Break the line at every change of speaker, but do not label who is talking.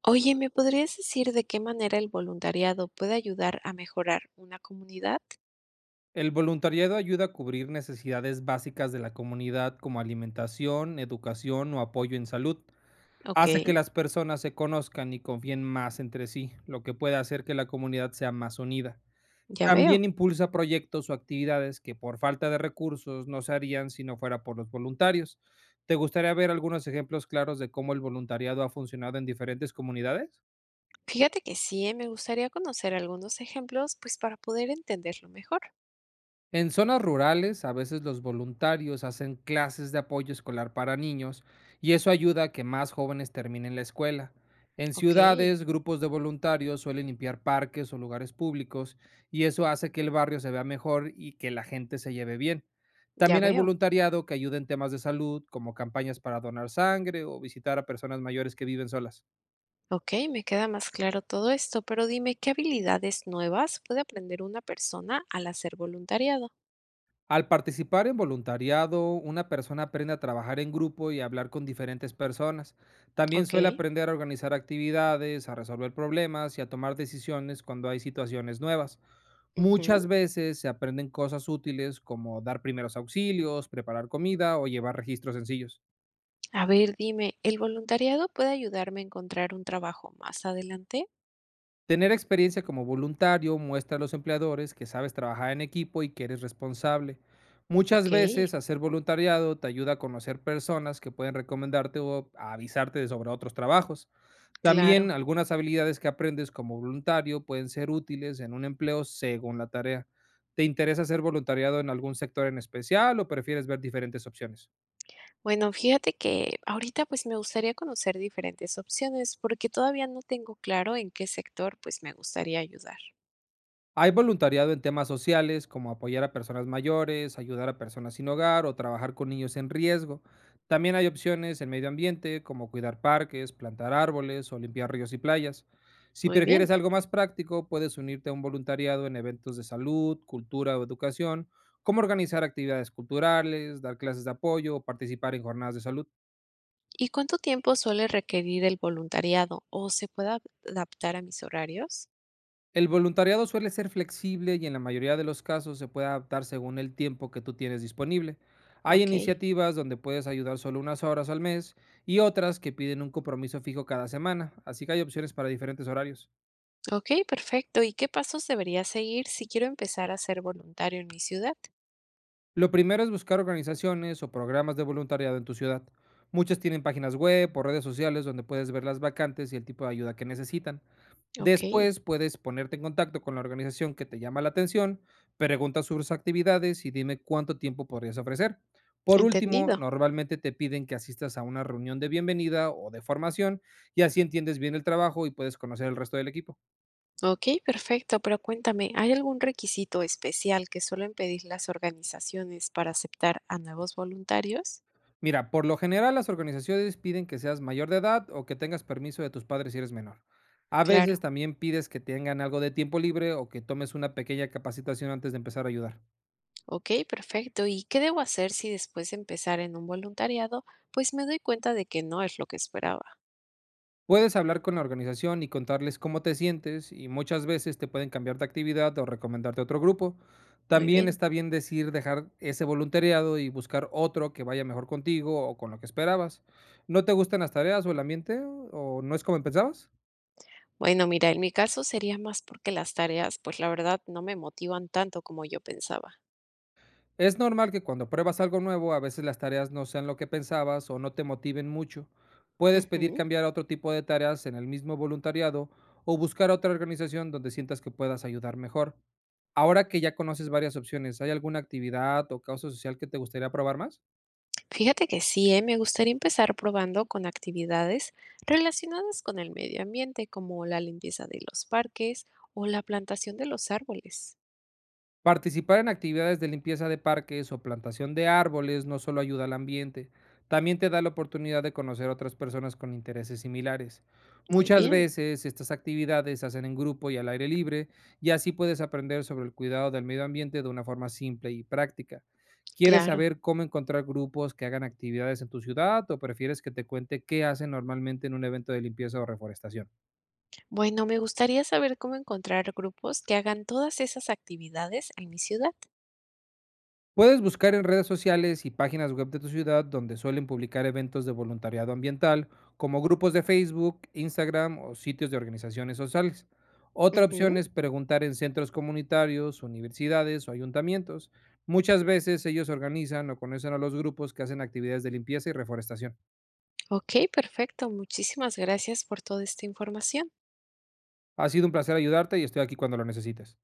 Oye, ¿me podrías decir de qué manera el voluntariado puede ayudar a mejorar una comunidad?
El voluntariado ayuda a cubrir necesidades básicas de la comunidad como alimentación, educación o apoyo en salud.
Ok,
Hace que las personas se conozcan y confíen más entre sí, lo que puede hacer que la comunidad sea más unida.
ya veo.
También impulsa proyectos o actividades que por falta de recursos no se harían si no fuera por los voluntarios. ¿Te gustaría ver algunos ejemplos claros de cómo el voluntariado ha funcionado en diferentes comunidades?
Fíjate que sí, me gustaría conocer algunos ejemplos, pues para poder entenderlo mejor.
En zonas rurales, a veces los voluntarios hacen clases de apoyo escolar para niños y eso ayuda a que más jóvenes terminen la escuela. En
Ok,
ciudades, grupos de voluntarios suelen limpiar parques o lugares públicos y eso hace que el barrio se vea mejor y que la gente se lleve bien.
ya
También hay
veo.
voluntariado que ayuda en temas de salud, como campañas para donar sangre o visitar a personas mayores que viven solas.
Ok, me queda más claro todo esto, pero dime, ¿qué habilidades nuevas puede aprender una persona al hacer voluntariado?
Al participar en voluntariado, una persona aprende a trabajar en grupo y a hablar con diferentes personas. También
Ok.
suele aprender a organizar actividades, a resolver problemas y a tomar decisiones cuando hay situaciones nuevas.
Ujú.
Muchas veces se aprenden cosas útiles como dar primeros auxilios, preparar comida o llevar registros sencillos.
A ver, dime, ¿el voluntariado puede ayudarme a encontrar un trabajo más adelante?
Tener experiencia como voluntario muestra a los empleadores que sabes trabajar en equipo y que eres responsable. Muchas
Ok,
veces hacer voluntariado te ayuda a conocer personas que pueden recomendarte o a avisarte de sobre otros trabajos. También
claro.
algunas habilidades que aprendes como voluntario pueden ser útiles en un empleo según la tarea. ¿Te interesa hacer voluntariado en algún sector en especial o prefieres ver diferentes opciones?
Bueno, fíjate que ahorita pues me gustaría conocer diferentes opciones porque todavía no tengo claro en qué sector pues me gustaría ayudar.
Hay voluntariado en temas sociales, como apoyar a personas mayores, ayudar a personas sin hogar o trabajar con niños en riesgo. También hay opciones en medio ambiente, como cuidar parques, plantar árboles o limpiar ríos y playas. Si
Muy
prefieres
bien.
algo más práctico, puedes unirte a un voluntariado en eventos de salud, cultura o educación, como organizar actividades culturales, dar clases de apoyo o participar en jornadas de salud.
¿Y cuánto tiempo suele requerir el voluntariado o se puede adaptar a mis horarios?
El voluntariado suele ser flexible y en la mayoría de los casos se puede adaptar según el tiempo que tú tienes disponible. Hay
Ok,
iniciativas donde puedes ayudar solo unas horas al mes y otras que piden un compromiso fijo cada semana, así que hay opciones para diferentes horarios.
ok, perfecto. ¿Y qué pasos debería seguir si quiero empezar a ser voluntario en mi ciudad?
Lo primero es buscar organizaciones o programas de voluntariado en tu ciudad. Muchas tienen páginas web o redes sociales donde puedes ver las vacantes y el tipo de ayuda que necesitan.
Ok,
Después puedes ponerte en contacto con la organización que te llama la atención, pregunta sus actividades y dime cuánto tiempo podrías ofrecer. Por último,
entendido.
normalmente te piden que asistas a una reunión de bienvenida o de formación y así entiendes bien el trabajo y puedes conocer el resto del equipo.
Ok, perfecto, pero cuéntame, ¿hay algún requisito especial que suelen pedir las organizaciones para aceptar a nuevos voluntarios?
Mira, por lo general las organizaciones piden que seas mayor de edad o que tengas permiso de tus padres si eres menor. A veces
Claro.
también pides que tengan algo de tiempo libre o que tomes una pequeña capacitación antes de empezar a ayudar.
Ok, perfecto. ¿Y qué debo hacer si después de empezar en un voluntariado, pues me doy cuenta de que no es lo que esperaba?
Puedes hablar con la organización y contarles cómo te sientes, y muchas veces te pueden cambiar de actividad o recomendarte otro grupo.
Muy
También
bien.
está bien decir dejar ese voluntariado y buscar otro que vaya mejor contigo o con lo que esperabas. ¿No te gustan las tareas o el ambiente, o no es como pensabas?
Bueno, mira, en mi caso sería más porque las tareas, pues la verdad, no me motivan tanto como yo pensaba.
Es normal que cuando pruebas algo nuevo, a veces las tareas no sean lo que pensabas o no te motiven mucho. Puedes pedir
Ujú.
cambiar a otro tipo de tareas en el mismo voluntariado o buscar otra organización donde sientas que puedas ayudar mejor. Ahora que ya conoces varias opciones, ¿hay alguna actividad o causa social que te gustaría probar más?
Fíjate que sí, Me gustaría empezar probando con actividades relacionadas con el medio ambiente, como la limpieza de los parques o la plantación de los árboles.
Participar en actividades de limpieza de parques o plantación de árboles no solo ayuda al ambiente, también te da la oportunidad de conocer a otras personas con intereses similares.
Muy
Muchas
bien,
veces estas actividades se hacen en grupo y al aire libre, y así puedes aprender sobre el cuidado del medio ambiente de una forma simple y práctica. ¿Quieres
claro.
saber cómo encontrar grupos que hagan actividades en tu ciudad o prefieres que te cuente qué hacen normalmente en un evento de limpieza o reforestación?
Bueno, me gustaría saber cómo encontrar grupos que hagan todas esas actividades en mi ciudad.
Puedes buscar en redes sociales y páginas web de tu ciudad donde suelen publicar eventos de voluntariado ambiental, como grupos de Facebook, Instagram o sitios de organizaciones sociales. Otra
Ujú.
opción es preguntar en centros comunitarios, universidades o ayuntamientos. Muchas veces ellos organizan o conocen a los grupos que hacen actividades de limpieza y reforestación.
Ok, perfecto. Muchísimas gracias por toda esta información.
Ha sido un placer ayudarte y estoy aquí cuando lo necesites.